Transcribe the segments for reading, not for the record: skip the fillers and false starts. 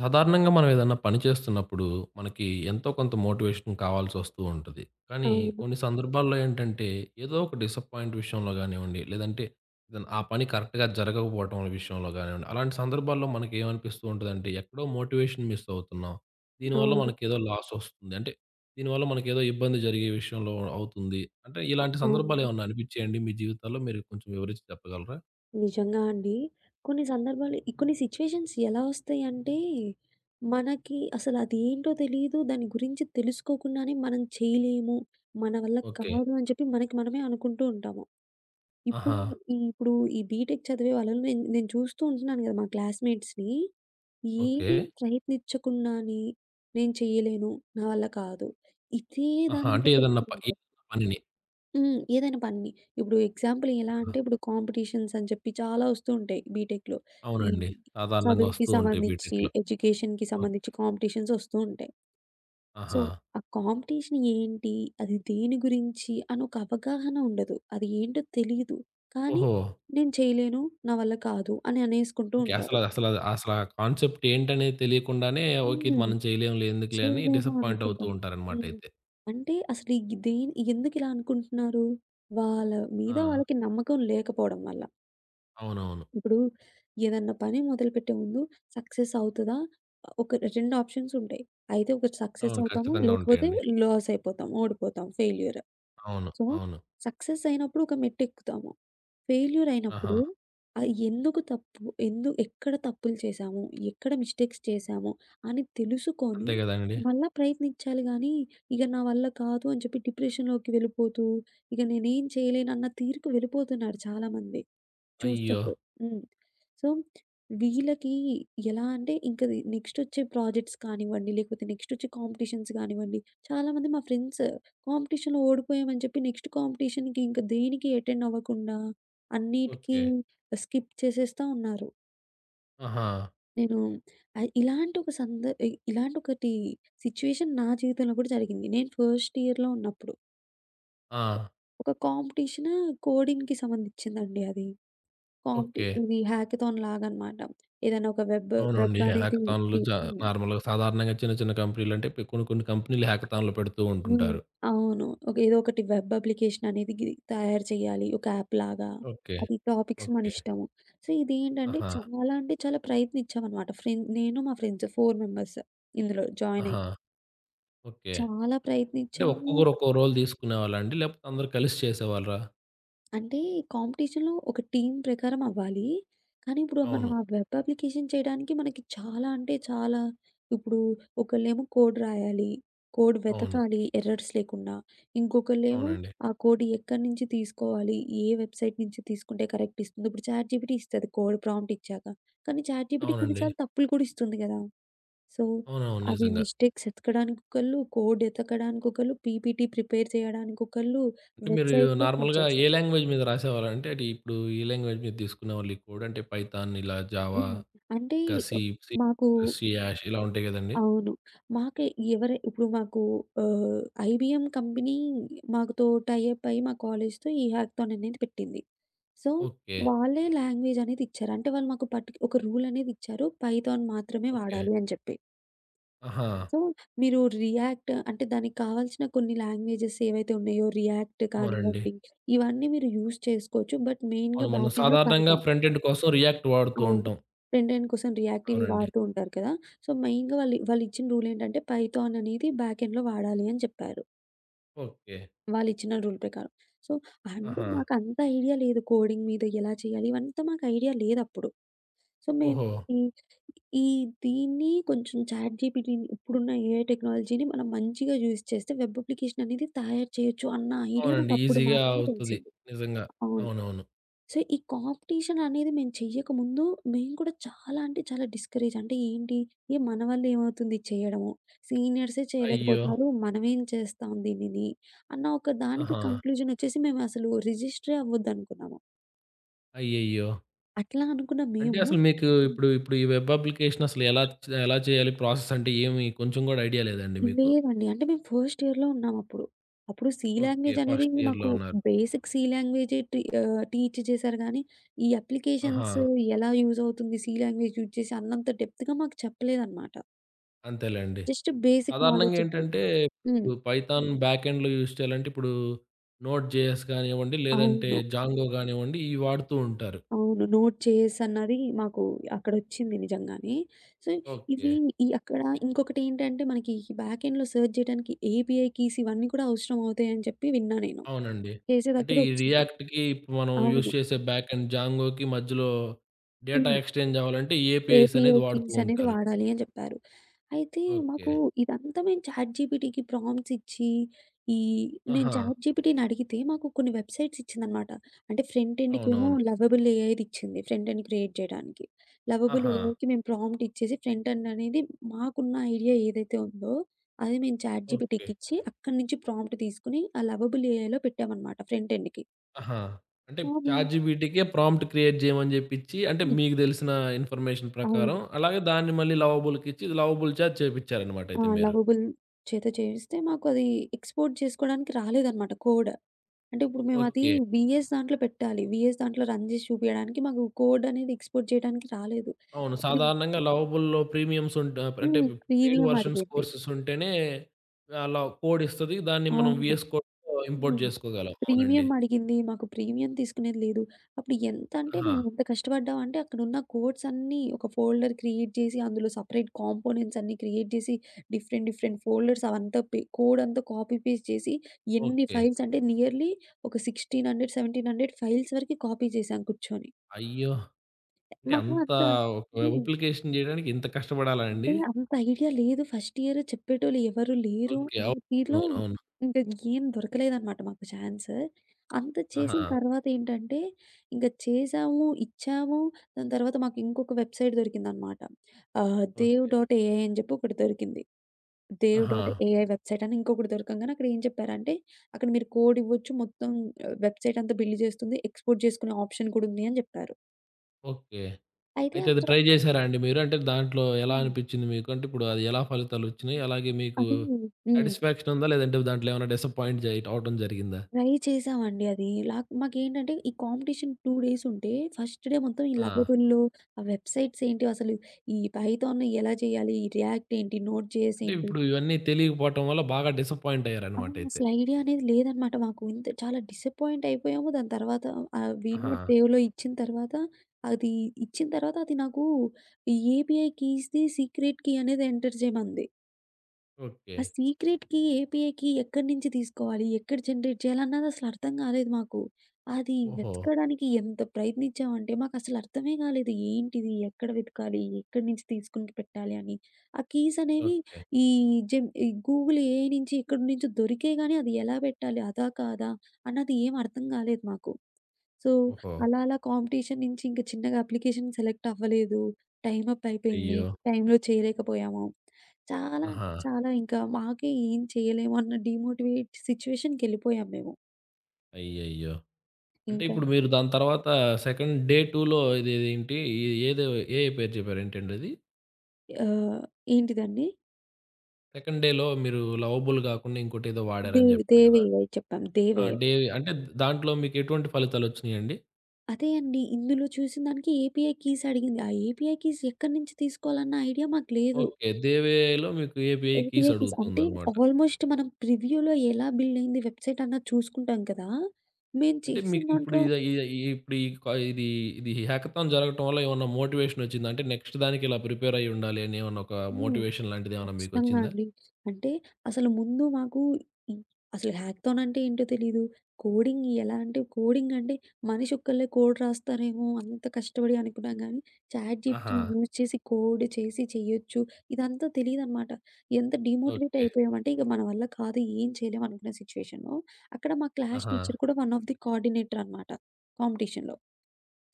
సాధారణంగా మనం ఏదన్నా పని చేస్తున్నప్పుడు మనకి ఎంతో కొంత మోటివేషన్ కావాల్సొస్తూ ఉంటది. కానీ అవును. కొన్ని సందర్భాల్లో ఏంటంటే ఏదో ఒక డిసప్పాయింట్ విషయంలో గానివ్వండి, లేదంటే ఏదన్నా ఆ పని కరెక్ట్‌గా జరగకపోవటం అనే విషయంలో గానివ్వండి, అలాంటి సందర్భాల్లో మనకేమనిపిస్తూ ఉంటదంటే ఎక్కడో మోటివేషన్ మిస్ అవుతున్నాం. దీనివల్ల అవును. మనకేదో లాసొస్తుంది. అంటే దీనివల్ల మనకేదో ఇబ్బంది జరిగే విషయంలో అవుతుంది. అంటే ఇలాంటి సందర్భాలు అవును. ఏమన్నా అనిపించాయండి మీ జీవితాల్లో? మీరు కొంచెం వివరించి చెప్పగలరా? నిజంగా అండి. కొన్ని సందర్భాలు ఈ కొన్ని సిట్యుయేషన్స్ ఎలా వస్తాయంటే, మనకి అసలు అదేంటో తెలీదు. దాని గురించి తెలుసుకోకుండానే మనం చేయలేము, మన వల్ల ఓకే. కాదు అని చెప్పి మనకి మనమే అనుకుంటూ ఉంటాము. ఇప్పుడు ఆహా! ఇప్పుడు ఈ బీటెక్ చదివే వాళ్ళని నేను నేను చూస్తూ ఉంటున్నాను కదా! మా క్లాస్‌మేట్స్‌ని ఓకే. ఏది ప్రయత్నించకుండానే, నేను చేయలేను, నా వల్ల కాదు. ఇదే ఆహా! దాని మీద అంటే పెట్టుకుంటారు. ఏదన్నా పనిని. ఏదైనా పనిని. ఇప్పుడు ఎగ్జాంపుల్ ఎలా అంటే ఇప్పుడు కాంపిటీషన్స్ అని చెప్పి చాలా వస్తూ ఉంటాయి బీటెక్‌లో. ఈ అవునండి. సాధారణంగా చదువుకి వస్తూ ఉంటాయి సంబంధించి, బీటెక్‌లో. ఎడ్యుకేషన్‌కి ఓకే. సంబంధించి కాంపిటీషన్స్ వస్తూ ఉంటాయి. సో, ఆహా! ఆ కాంపిటీషన్ ఏంటి? అది దేని గురించి అని ఒక అవగాహన ఉండదు. అది ఏంటో తెలీదు. కానీ ఓహో! నేను చేయలేను. నా వల్ల కాదు అని అనేసుకుంటూ ఓకే. అసల ఉంటారు. అసల అసల ఆ కాన్సెప్ట్ ఏంటనేది తెలియకుండానే ఓకే. ఇది హ్మ్. మనం చేయలేంలే ఎందుకులే అని చేయలేను డిసప్పాయింట్ అవుతూ అనుకుంటాం. ఉంటారనమాట హ్మ్. అయితే. అంటే అసలు ఈ దేని ఎందుకిలా అనుకుంటున్నారు? వాళ్ళ మీద ఆ! వాళ్ళకి నమ్మకం లేకపోవడం వల్ల. అవునవును. ఇప్పుడు ఏదన్నా పని మొదలుపెట్టే ముందు సక్సెస్ అవుతదా? ఒక 2 ఆప్షన్స్ ఉంటాయి. అయితే ఒకటి సక్సెస్ అవును. అవుతాము. ఖచ్చితంగా లేకపోతే ఉంటాయండి. లాస్ అయిపోతాం. ఓడిపోతాం. ఫెయిల్యూర్. అవును. సో, అవును. సక్సెస్ అయినప్పుడు ఒక మెట్టెక్కుతాము. ఫెయిల్యూర్ ఆహా! అయినప్పుడు ఎందుకు తప్పు ఎందు ఎక్కడ తప్పులు చేశాము? ఎక్కడ మిస్టేక్స్ చేశాము? అని తెలుసుకొని అంతే గదండీ! మళ్ళా ప్రయత్నించాలి గానీ, ఇక నా వల్ల కాదు అని చెప్పి డిప్రెషన్‌లోకి వెళ్ళిపోతూ, ఇక నేనేం చేయలేనన్న తీరుకు వెళ్ళిపోతున్నారు చాలామంది. అయ్యో! చూస్తుంటే. హ్మ్. సో, వీళ్ళకి ఎలా అంటే ఇంక ది నెక్స్టొచ్చే ప్రాజెక్ట్స్ కానివ్వండి, లేకపోతే నెక్స్టొచ్చే కాంపిటీషన్స్ గానివ్వండి, చాలామంది మా ఫ్రెండ్స్ కాంపిటీషన్‌లో ఓడిపోయామని చెప్పి నెక్స్ట్ కాంపిటీషన్‌కి ఇంక దేనికి అటెండ్ అవ్వకుండా అన్నిటికి ఓకే. స్కిప్ చేసేస్తా ఉన్నారు. ఆహా! నేను ఇలాంటి ఒక సంద ఇ ఇలాంటి ఒకటి సిట్యుయేషన్ నా జీవితంలో కూడా జరిగింది. నేను ఫస్ట్ ఇయర్‌లో ఉన్నప్పుడు. ఆ! ఒక కాంపిటీషన్ కోడింగ్‌కి సంబంధించిందండి అది. ఓకే. ఇది హ్యాకథాన్ లాగనమాట. ఏదైనా ఒక వెబ్ అవునండి. వెబ్ అనేది హ్యాకథాన్‌లు తి జ హ్మ్. నార్మల్‌గా సాధారణంగా చిన్న చిన్న కంపెనీలంటే కొన్ని కొన్ని కంపెనీలు హ్యాకథాన్‌లు పెడుతూ హ్మ్. ఉంటుంటారు. అవును. ఒక ఏదో ఒకటి వెబ్ అప్లికేషన్ అనేది తయారు చేయాలి. ఒక యాప్ లాగా. ఓకే. అది టాపిక్స్ మన ఓకే. ఇష్టము. సో, ఇదేంటంటే ఆహా! చాలా అంటే చాలా ప్రయత్నించామనమాట. ఫ్రెండ్ నేను, మా ఫ్రెండ్స్ 4 మెంబర్స్ ఇందులో జాయిన్ అయ్యి. ఆహా! ఓకే. చాలా అంటే ప్రయత్నించాము. ఒక్కొక్కరు ఒక్కో రోల్ తీసుకునేవాళ్ళా అండి? లేకపోతే అందరూ కలిసి చేసేవాళ్ళా? అంటే కాంపిటీషన్‌లో ఒక టీమ్ ప్రకారం అవ్వాలి. కానీ ఇప్పుడు మనం అవును. ఆ వెబ్ అప్లికేషన్ చేయడానికి మనకి చాలా అంటే చాలా ఇప్పుడు ఒకళ్ళేమో కోడ్ రాయాలి. కోడ్ అవును. వెతకాలి ఎర్రర్స్ లేకుండా. ఇంకొకళ్ళేమో అవునండి. ఆ కోడ్ ఎక్కడి నుంచి తీసుకోవాలి? ఏ వెబ్‌సైట్ నుంచి తీసుకుంటే కరెక్ట్ ఇస్తుంది? ఇప్పుడు చాట్‌జీపీటీ ఇస్తది కోడ్ ప్రాంప్ట్ ఇచ్చాక. కానీ చాట్‌జీపీటీ కొన్ని అవునండి. సార్లు తప్పులు కూడా ఇస్తుంది కదా! సో, అవునవును. అవి నిజంగా. మిస్టేక్స్ ఎతకడానికి ఒకళ్ళు, కోడ్ ఎతకడానికి ఒకళ్ళు, పీపీటీ ప్రిపేర్ చేయడానికి ఒకళ్ళు, అంటే మీరు వెబ్‌సైట్‌లో నార్మల్‌గా ఫీచర్స్. ఏ లాంగ్వేజ్ మీద రాసేవాళ్ళు? అంటే అది ఇప్పుడు ఏ లాంగ్వేజ్ మీద తీసుకునేవాళ్ళు ఈ కోడ్? అంటే పైథాన్, ఇలా జావా, హ్మ్. అంటే ఇంకా సి మాకు ప్లస్, సి హాష్ ఇలా ఉంటాయి గదండీ! అవును. మాకే ఎవరు ఇప్పుడు మాకు ఆహ్, ఐబీఎం కంపెనీ మాకుతో టై అప్ అయ్యి మా కాలేజ్‌తో ఈ హ్యాకథాన్ అనేది పెట్టింది. So, okay. వాళ్ళే లాంగ్వేజ్ అనేది ఇచ్చారు. అంటే వాళ్ళు మాకు ఒక రూల్ అనేది ఇచ్చారు. పైథాన్ మాత్రమే ఓకే. వాడాలి అని చెప్పి. ఆహా! సో, మీరు రియాక్ట్ అంటే దానికి కావాల్సిన కొన్ని లాంగ్వేజెస్ ఏవైతే ఉన్నాయో రియాక్ట్ అవునండి. కానివ్వండి, ఇవన్నీ మీరు యూజ్ చేసుకోవచ్చు. బట్ మెయిన్‌గా అవును. మనం బ్యాక్ ఎండ్‌లో సాధారణంగా పైథాన్. ఫ్రంట్ ఎండ్ కోసం రియాక్ట్ వాడుతూ అవును. ఉంటాం. 10, 10 కోసం రియాక్ట్ ఇవి అవునండి. వాడుతూ ఉంటారు కదా! సో, మెయిన్‌గా వాళ్ళు వాళ్ళిచ్చిన రూల్ ఏంటంటే పైథాన్ అనేది బ్యాక్ ఎండ్‌లో వాడాలి అని చెప్పారు. ఓకే. వాళ్ళిచ్చిన రూల్ ప్రకారం. సో, అంటే ఆహా! మాకంత ఐడియా లేదు కోడింగ్ మీద ఎలా చేయాలి ఇవంతా మాకు ఐడియా లేదప్పుడు. సో, మేము ఓహో! ఈ ఈ దీన్ని కొంచెం చాట్‌జీపీటీని ఇప్పుడున్న ఏఐ టెక్నాలజీని మనం మంచిగా యూజ్ చేస్తే వెబ్ అప్లికేషన్ అనేది తయారు చేయొచ్చు అన్న ఐడియా అవునండి. నాకప్పుడు ఈజీగా మాత్రమే అవుతది. తెలిసింది. నిజంగా. అవును. అవునవును. సో, ఈ కాంపిటీషన్ అనేది మేము చెయ్యకముందు, మేము కూడా చాలా అంటే చాలా డిస్కరేజ్. అంటే ఏంటి? మన వల్ల ఏమవుతుంది చేయడము? సీనియర్సే అయ్యో! చేయలేకపోతున్నారు. మనమేం చేస్తాం దీనిని? అన్న ఒక దానికి ఆహా! కంక్లూజన్ వచ్చేసి మేమసలు రిజిస్టరే అవ్వద్దనుకున్నాము. అయ్యయ్యో! అట్లా అనుకున్న అంటే మేము అసలు మీకు హ్మ్. ఇప్పుడు ఈ వెబ్ అప్లికేషన్ అసలు ఎలా చేయాలి? ప్రాసెస్ అంటే ఏమి కొంచెం గూడా ఐడియా లేదండి మీకు? లేదండి. అంటే మేము ఫస్ట్ ఇయర్‌లో ఉన్నామప్పుడు. అప్పుడు అప్పుడు సి ఓకే. లాంగ్వేజ్ అనేది ఫస్ట్ ఇయర్‌లో మాకు ఉన్నారు. బేసిక్ సి లాంగ్వేజే టీచ్ చేశారు గానీ, ఈ ఆహా! అప్లికేషన్స్ ఎలా యూజ్ అవుతుంది సి లాంగ్వేజ్ యూజ్ చేసి అన్నంత డెప్త్‌గా మాకు చెప్పలేదనమాట. అంతేలెండి. జస్ట్ బేసిక్ సాధారణంగా నాలెడ్జ్ ఉంది. ఏంటంటే, హ్మ్. ఇప్పుడు పైథాన్ బ్యాక్ ఎండ్‌లో యూజ్ చేయాలంటే, ఇప్పుడు నోడ్ జేఎస్ గానివ్వండి, లేదంటే అవును. జాంగో గానివ్వండి, ఇవి వాడుతూ ఉంటారు. అవును. నోట్ చేస్ అన్నది మాకు అక్కడొచ్చింది నిజంగానే. So, okay. ఇవి ఈ అక్కడ ఇంకొకటేంటంటే మనకి ఈ బ్యాక్ ఎండ్‌లో సెర్చ్ జేయడానికి ఏపీఐ కీస్ ఇవన్నీ కూడా అవసరం అవుతాయని చెప్పి విన్నా నేను. అవునండి. చేసే అంటే దగ్గర ఈ ఒచ్చింది. రియాక్ట్‌కి ఇప్పుడు మనం యూజ్ అవును. చేసే బ్యాక్ ఎండ్ జాంగోకి మధ్యలో డేటా హ్మ్. ఎక్స్‌చేంజ్ అవ్వాలంటే ఏపీఐస్ ఏపీఐ అనేది వాడుతూ కీస్ అనేది ఉంటారు. వాడాలి అని చెప్పారు. అయితే ఓకే. మాకు ఇదంతా మేము చాట్ జీపీటీకి ప్రాంప్ట్స్ ఇచ్చి, ఈ నేను ఆహా! చాట్ జీపీటీని అడిగితే మాకు కొన్ని వెబ్‌సైట్స్ ఇచ్చిందనమాట. అంటే ఫ్రంట్ ఎండ్‌కేమో అవునవును. లవబుల్ ఏఐది ఇచ్చింది. ఫ్రంట్ ఎండ్ క్రియేట్ చేయడానికి. లవబుల్ ఆహా! ఏఐకి మేము ప్రాంప్ట్ ఇచ్చేసి ఫ్రంట్ ఎండ్ అనేది మాకున్న ఐడియా ఏదైతే ఉందో అది మేము చాట్ ఓకే. జీపీటీకి ఇచ్చి అక్కడి నుంచి ప్రాంప్ట్ తీసుకొని ఆ లవబుల్ ఏఐలో పెట్టామనమాట ఫ్రంట్ ఎండ్‌కి. ఆహా! అంటే కానీ చాట్‌జీపీటీకే ప్రాంప్ట్ క్రియేట్ చేయమని జెప్పిచ్చి అంటే హ్మ్. మీకు దెలిసిన ఇన్ఫర్మేషన్ అవును. ప్రకారం అలాగే దాన్ని మళ్ళీ లవబుల్‌కిచ్చి లవబుల్ చాట్ చేపిచ్చారనమాట ఆ! అయితే మీరు. లవబుల్ చేత చేయిస్తే మాకు అది ఎక్స్‌పోర్ట్ చేసుకోవడానికి రాలేదన్నమాట కోడ్. అంటే ఇప్పుడు మేము అది ఓకే. వీఎస్ దాంట్లో పెట్టాలి. వీఎస్ దాంట్లో రన్ చేసి చూపియడానికి మాకు కోడ్ అనేది ఎక్స్‌పోర్ట్ చేయడానికి రాలేదు. అవును. అప్పుడు సాధారణంగా లవబుల్‌లో ప్రీమియమ్స్ ఉంట అంటే పెయిడ్ ప్రీమియం వెర్షన్స్ అడిగింది. కోర్సెస్ ఉంటేనే అలా కోడ్ ఇస్తది. దాన్ని మనం అవును. వీఎస్ కోడ్‌లో ఇంపోర్ట్ హ్మ్. జేసుకోగలం. అవునండి. ప్రీమియం అడిగింది. మాకు ప్రీమియం తీసుకునేది లేదు. అప్పుడు ఎంతంటే ఆహా! మేము ఎంత కష్టపడ్డామంటే అక్కడున్న కోడ్స్ అన్నీ ఒక ఫోల్డర్ క్రియేట్ చేసి, అందులో సెపరేట్ కాంపోనెంట్స్ అన్నీ క్రియేట్ చేసి, డిఫరెంట్ డిఫరెంట్ ఫోల్డర్స్ అవంతా కోడ్ అంతా కాపీ పేస్ట్ చేసి, ఎన్ని ఓకే. ఫైల్స్ అంటే నియర్లీ ఒక 1600, 1700 ఫైల్స్ వరకి కాపీ చేశాం కూర్చొని. అయ్యో! అంటే మాకు అంత అంత ఒక వెబ్ హ్మ్. అప్లికేషన్ జేయడానికి ఇంత కష్టపడాలా అంటే అండి? అంత ఐడియా లేదు. ఫస్ట్ ఇయర్ చెప్పేటోళ్ళు ఎవరు లేరు ఓకే. అనే తీరులో అవునవును. అవును. ఇంక ఏం దొరకలేదనమాట మాకు ఛాన్స్. అంత చేసిన ఆహా! తర్వాత ఏంటంటే, ఇంక చేసాము, ఇచ్చాము. దాని తర్వాత మాకు ఇంకొక వెబ్‌సైట్ దొరికిందనమాట. Dev okay. డాట్ ఏఐ అని చెప్పి ఒకటి దొరికింది. దేవ్ ఆహా! డాట్ ఏఐ వెబ్‌సైట్ అని ఇంకొకటి దొరకంగానే అక్కడ ఏం చెప్పారంటే, అక్కడ మీరు కోడ్ ఇవ్వచ్చు. మొత్తం వెబ్‌సైట్ అంతా బిల్డ్ చేస్తుంది. ఎక్స్‌పోర్ట్ చేసుకునే ఆప్షన్ కూడా ఉంది అని చెప్పారు. ఓకే. అయితే అయితే అది అక్కడ ట్రై జేసారా అండి మీరు? అంటే దాంట్లో ఎలా హ్మ్. అనిపిచ్చింది మీకు? అంటే ఇప్పుడు అది ఎలా ఫలితాలొచ్చినియి? అలాగే మీకు అది హ్మ్. సాటిస్‌ఫాక్షన్ ఉందా? లేదంటే దాంట్లో ఏమైనా డిసప్పాయింట్ జై అవ్వటం జరిగిందా? ట్రై చేసామండి అది. లాక్ మాకేంటంటే ఈ కాంపిటీషన్ 2 డేస్ ఉంటే ఫస్ట్ డే మొత్తం ఈ ఆ! లవబుల్లు, ఆ వెబ్‌సైట్స్ ఏంటి అసలు ఈ పైథాన్ ఎలా చేయాలి? ఈ రియాక్ట్ ఏంటి? నోడ్ జేఎస్ అంటే ఏంటి? ఇప్పుడు ఇవన్నీ తెలియకపోవటం వల్ల బాగా డిసప్పాయింట్ అవును. అయ్యారన్నమాటయితే. అసలు ఐడియా అనేది లేదనమాట మాకు. ఇంత చాలా డిసప్పాయింట్ అయిపోయాము. దాని తర్వాత వి ఆహా! నోట్ సేవ్‌లో ఇచ్చిన తర్వాత అది ఇచ్చిన తర్వాత అది నాకు ఈ ఏబీఐ కీస్‌ది సీక్రెట్ కీ అనేది ఎంటర్ చేయమంది. ఓకే. ఆ సీక్రెట్‌కి, ఏపీఐకి ఎక్కడి నుంచి తీసుకోవాలి? ఎక్కడ జనరేట్ చేయాలన్నది అసలు అర్థం కాలేదు మాకు. అది ఓహో! వెతకడానికి ఎంత ప్రయత్నించామంటే మాకసలు అర్థమే కాలేదు. ఏంటిది? ఎక్కడ వెతకాలి? ఎక్కడి నుంచి తీసుకొని పెట్టాలి అని. ఆ కీస్ అనేవి ఓకే. ఈ జెమ్ ఈ గూగుల్ ఏఐ నుంచి ఎక్కడి నుంచో దొరికేయి గానీ అది ఎలా పెట్టాలి? అదా? కాదా? అన్నది ఏం అర్థం కాలేదు మాకు. సో, ఓహో! అలా అలా కాంపిటీషన్ నుంచి ఇంక చిన్నగా అప్లికేషన్ సెలెక్ట్ అవ్వలేదు. టైమ్ అప్ అయిపోయింది. అయ్యో! టైమ్‌లో చేయలేకపోయాము. చాలా ఆహా! అంటే చాలా ఇంకా మాకే ఏం చేయలేము అన్న డీమోటివేట్ సిట్యుయేషన్‌కెళ్ళిపోయాం మేము. అయ్యయ్యో! అంటే ఇంకా ఇప్పుడు మీరు దాని తర్వాత సెకండ్ డే 2లో ఇదేదేంటి? ఏదో ఏ పేరు చెప్పారు ఏంటండది? ఆహ్, ఏంటిదండి? సెకండ్ డేలో మీరు లవబుల్ గాకుండా ఇంకోటేదో దే వాడారని జెప్పారు గదా! దేవయ్య చెప్పాం. ఆ! దేవయ్య. డే అంటే దాంట్లో మీకెటువంటి ఫలితాలొచ్చినియండి? అదే అండి. ఇందులో చూసిన దానికి ఏపీఐ కీస్ అడిగింది. ఆ ఏపీఐ కీస్ ఎక్కడి నుంచి తీసుకోవాలన్న ఐడియా మాకు లేదు. ఓకే. దేవేలో మీకు ఏపీఐ ఏపీఐ కీస్ కీస్ అంటే అడుగుతుందనమాట. ఆల్మోస్ట్ మనం ప్రివ్యూలో ఎలా బిల్డ్ అయింది వెబ్‌సైట్ అన్నది చూసుకుంటాం కదా! మేము అంటే చేసిన మీకు ఇప్పుడు దాంట్లో ఇద ఇద ఇప్పుడు ఈ క ఇది ఇది హ్యాకథాన్ జరగటం వల్ల ఏమన్నా మోటివేషనొచ్చిందా? అంటే నెక్స్ట్ దానికి ఇలా ప్రిపేర్ అయ్యి ఉండాలి అని ఏమన్నా ఒక హ్మ్. మోటివేషన్ లాంటిదేమన్నా ఖచ్చితంగా మీకొచ్చిందా? అండి. అంటే అసలు ముందు మాకు ఈ అసలు హ్యాకథాన్ అంటే ఏంటో తెలీదు. కోడింగ్ ఎలా అంటే కోడింగ్ అంటే మనిషి ఒక్కళ్ళే కోడ్ రాస్తారేమో అంత కష్టపడి అనుకున్నాం గానీ, ఆహా! చాట్‌జీపీటీని యూజ్ చేసి కోడ్ చేసి చేయొచ్చు. ఇదంతా తెలీదనమాట. ఎంత డీమోటివేట్ ఓకే. అయిపోయామంటే ఇక మన వల్ల కాదు ఏం చేయలేం అనుకున్న సిట్యుయేషన్‌లో అక్కడ మా క్లాస్ ఆహా! టీచర్ కూడా వన్ ఆఫ్ ది కోఆర్డినేటర్ అనమాట కాంపిటీషన్‌లో.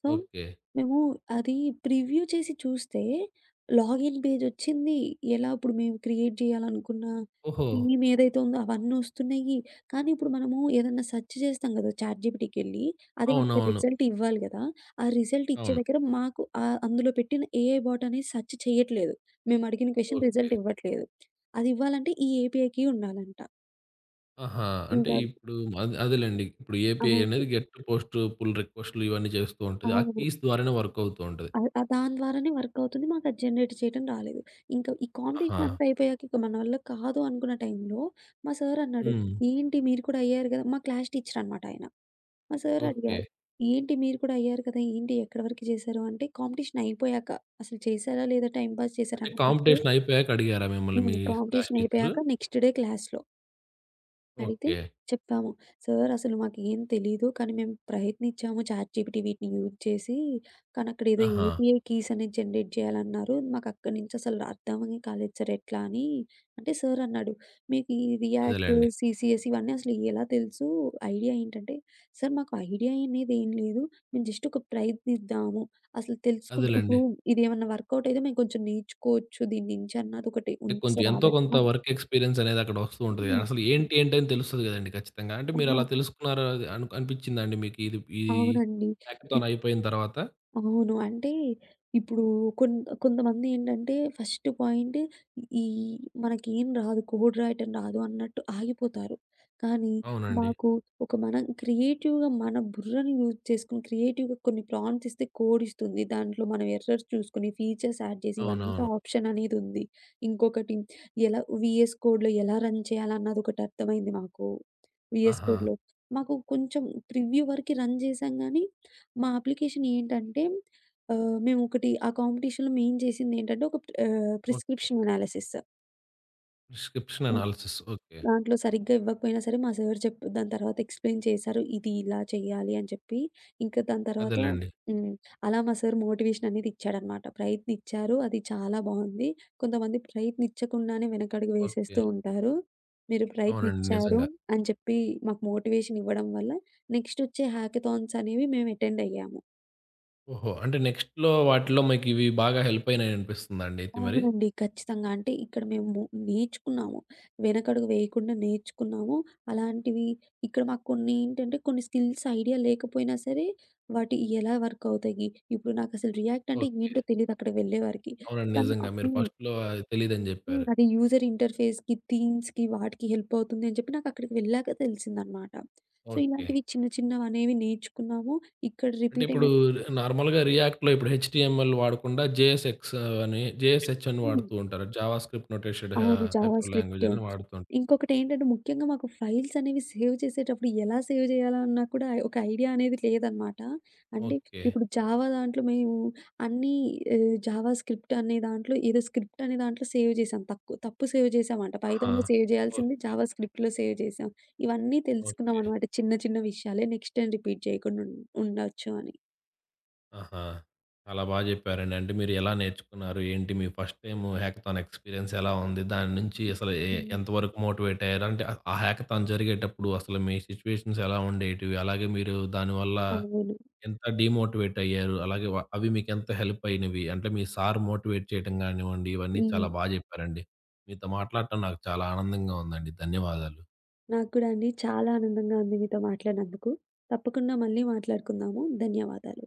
So, okay. మేము అది ప్రివ్యూ చేసి చూస్తే లాగిన్ పేజొచ్చింది. ఎలా ఇప్పుడు మేము క్రియేట్ జేయాలనుకున్న ఓహో! థీమ్ ఏదైతే ఉందో అవన్నొస్తున్నాయి. కానీ ఇప్పుడు మనము ఏదన్నా సెర్చ్ చేస్తాం గదా! చాట్ జీపీటీకెళ్ళి. అది మనకి అవునవును. రిజల్ట్ ఇవ్వాలి గదా! ఆ రిజల్ట్ ఇచ్చే అవును. దగ్గర మాకు అందులో పెట్టిన ఏఐ బాట్ అనేది సెర్చ్ చేయట్లేదు. మేము అడిగిన క్వెషన్ ఓకే. రిజల్ట్ ఇవ్వట్లేదు. అది ఇవ్వాలంటే ఈ ఏపీఐకి ఉండాలంట. ఆహా! అంటే ఇంకా ఇప్పుడు అదేలెండి. ఇప్పుడు ఏపీఐ అవును. అనేది గెట్, పోస్ట్, పుల్ రిక్వెస్ట్‌లు ఇవన్నీ చేస్తూ ఉంటది. ఆ అవును. కీస్ ద్వారానే వర్క్ అవుతూ ఉంటది. అది దాని ద్వారానే వర్క్ అవుతుంది. మాకది జనరేట్ చేయటం రాలేదు. ఇంకా ఈ ఆహా! కాంపిటీషన్ అంతా అయిపోయాక ఇక మన వల్ల కాదు అనుకున్న టైంలో మా సార్ అన్నాడు, హ్మ్. "ఏంటి మీరు కూడా అయ్యారు కదా". మా క్లాస్ టీచర్ అనమాట ఆయన. మా సార్ ఓకే. అడిగారు, "ఏంటి మీరు కూడా అయ్యారు కదా! ఏంటి ఎక్కడి వరకు చేశారు?" అంటే కాంపిటీషన్ అయిపోయాక అసలు చేశారా లేదా టైమ్ పాస్ చేశారా అంటే అన్న కంటే కాంపిటీషన్ అయిపోయాక అడిగారా మిమ్మల్ని మీ క్లాస్ కాంపిటీషన్ టీచరు? అయిపోయాక నెక్స్ట్ డే క్లాస్‌లో. అడిగితే ఓకే. చెప్పాము. "సార్ అసలు మాకేం తెలీదు. కానీ మేము ప్రయత్నించాము చాట్‌జీపీటీ వీటిని యూజ్ చేసి. కానీ అక్కడ ఏదో ఆహా! యూపీఐ కీస్ అనేది జనరేట్ చేయాలన్నారు. మాకు అక్కడి నుంచి అసలు అర్థమే కాలేదు సార్ ఎట్లా" అని. అంటే సార్ అన్నాడు, "మీకు ఈ రియాక్ట్, అదేలెండి. సీసీఎస్ ఇవన్నీ అసలు ఎలా తెలుసు? ఐడియా ఏంటంటే". "సార్ మాకు ఐడియా అనేది ఏం లేదు. మేము జస్ట్ ఒక ప్రయత్నిద్దాము. అసలు తెలుసుకుంటే ఇప్పుడు అదేలెండి. ఇదేమన్నా వర్కౌట్ అయితే మేము కొంచెం నేర్చుకోవచ్చు దీని నుంచి" అన్నది ఒకటి అంటే ఉంది కొంచెం సార్ ఎంతో కొంత ఆలోచన. వర్క్ ఎక్స్‌పీరియన్స్ అనేది అక్కడ వస్తూ ఉంటది. హ్మ్. అసలు ఏంటి, ఏంటి అని తెలుస్తది కదండీ ఖచ్చితంగా. అంటే మీరు ఆహా! అలా తెలుసుకున్నారా అది అనిపించిందా అండి మీకు ఇది ఈ అవునండి. హ్యాకథాన్ అయిపోయిన తర్వాత? అవును. అంటే ఇప్పుడు కొంతమందేంటంటే ఫస్ట్ పాయింట్ ఈ మనకేం రాదు కోడ్ రాయటం రాదు అన్నట్టు ఆగిపోతారు. కానీ అవునండి. మాకు ఒక మనం క్రియేటివ్‌గా మన బుర్రని యూజ్ చేసుకొని క్రియేటివ్‌గా కొన్ని ప్రాంప్ట్స్ ఇస్తే కోడ్ ఇస్తుంది. దాంట్లో మనం ఎర్రర్స్ చూసుకొని ఫీచర్స్ యాడ్ చేసి ఇవంతా అవునవును. ఆప్షన్ అనేదుంది. ఇంకొకటి ఎలా వీఎస్ కోడ్‌లో ఎలా రన్ చేయాలన్నది ఒకటి అర్థమైంది మాకు. వీఎస్ ఆహా! కోడ్‌లో మాకు కొంచెం ప్రివ్యూ వరకి రన్ చేసాం గానీ మా అప్లికేషన్ ఏంటంటే మేమొకటి ఆ కాంపిటీషన్‌లో మెయిన్ చేసిందేంటంటే ఒక okay. Prescription analysis. Prescription analysis. Okay. దాంట్లో సరిగ్గా ఇవ్వకపోయినా సరే మా సార్ దాని తర్వాత ఎక్స్‌ప్లెయిన్ చేశారు. ఇది ఇలా చేయాలి అని చెప్పి. ఇంకా దాని తర్వాత అదేలెండి. హ్మ్. అలా మా సార్ మోటివేషన్ అనేది ఇచ్చాడనమాట. ప్రయత్నిచ్చారు. అది చాలా బావుంది. కొంతమంది ప్రయత్నిచ్చకుండానే వెనకడుగు ఓకే. వేసేస్తూ ఉంటారు. మీరు అవునండి. ప్రయత్నిచ్చారు నిజంగా. అని చెప్పి మాకు మోటివేషన్ ఇవ్వడం వల్ల నెక్స్ట్ వచ్చే హ్యాకథాన్స్ అనేవి మేము అటెండ్ అయ్యాము. ఓహో! అంటే నెక్స్ట్‌లో వాటిలో మీకివి బాగా హెల్ప్ అయినాయనిపిస్తుందా అండి అయితే మరి? అవునండి. ఖచ్చితంగా. అంటే ఇక్కడ మేము నేర్చుకున్నాము. వెనకడుగు వేయకుండా నేర్చుకున్నాము. అలాంటివి ఇక్కడ మాకు కొన్ని ఏంటంటే కొన్ని స్కిల్స్ ఐడియా లేకపోయినా సరే వాటి ఎలా వర్క్ అవుతాయి? ఇప్పుడు నాకసలు రియాక్ట్ అంటే ఓకే. ఏంటో తెలీదు అక్కడికి వెళ్ళేవారికి. అవునండి. కానీ నిజంగా. ఆహ్, మీరు హ్మ్. ఫస్ట్‌లో అది తెలీదని హ్మ్. జెప్పారు. అది యూజర్ ఇంటర్‌ఫేస్‌కి, థీమ్స్‌కి వాటికి హెల్ప్ అవుతుంది అని చెప్పి నాకక్కడికి వెళ్ళాక తెలిసిందనమాట. So, okay. ఇలాంటివి చిన్న చిన్నవనేవి నేర్చుకున్నాము. ఇక్కడ అంటే రిపీట్ అయిన ఇప్పుడు నార్మల్‌గా రియాక్ట్‌లో ఇప్పుడు హెచ్‌టీఎంఎల్ వాడకుండా జేఎస్ఎక్స్ అని, జేఎస్హెచ్ అని హ్మ్. వాడుతూ ఉంటారు. జావా స్క్రిప్ట్ నోటేషెడ్ అవును. Java hyper script. లాంగ్వేజ్ అని వాడుతూ ఉంటారు. ఇంకొకటేంటంటే ముఖ్యంగా మాకు ఫైల్స్ అనేవి సేవ్ చేసేటప్పుడు ఎలా సేవ్ చేయాలా అన్నా కూడా ఒక ఐడియా అనేది లేదనమాట. అంటే ఓకే. ఇప్పుడు జావా దాంట్లో మేము అన్నీ జావా స్క్రిప్ట్ అనే దాంట్లో ఏదో స్క్రిప్ట్ అనే దాంట్లో సేవ్ చేసాం. తప్పు సేవ్ చేసామంట. ఆహా! పైథాన్‌లో సేవ్ ఓహ్! చేయాల్సింది జావా స్క్రిప్ట్‌లో సేవ్ చేసాం. ఇవన్నీ ఓకే. తెలుసుకున్నామనమాట. చిన్న చిన్న విషయాలే నెక్స్ట్ టైమ్ రిపీట్ చేయకుండా ఉండొచ్చు అని. ఆహా! చాలా బా జెప్పారండి. అంటే మీరు ఎలా నేర్చుకున్నారు? ఏంటి మీ ఫస్ట్ టైమ్ హ్యాకథాన్ ఎక్స్‌పీరియన్స్ ఎలా ఉంది? దాని నుంచి అసలు ఏ హ్మ్. ఎంతవరకు మోటివేట్ అయ్యారు? అంటే ఆ హ్యాకథాన్ జరిగేటప్పుడు అసలు మీ సిట్యుయేషన్స్ ఎలా ఉండేటివి? అలాగే మీరు దానివల్ల అవును. ఎంత డీమోటివేట్ అయ్యారు? అలాగే అవి మీకెంత హెల్ప్ అయినవి? అంటే మీ సార్ మోటివేట్ చేయటం గానివ్వండి, ఇవన్నీ హ్మ్. చాలా బా జెప్పారండి. మీతో మాట్లాడటం నాకు చాలా ఆనందంగా ఉందండి. ధన్యవాదాలు. నాకు కూడా అండి. చాలా ఆనందంగా ఉంది మీతో మాట్లాడినందుకు. తప్పకుండా మళ్ళీ మాట్లాడుకుందాము. ధన్యవాదాలు.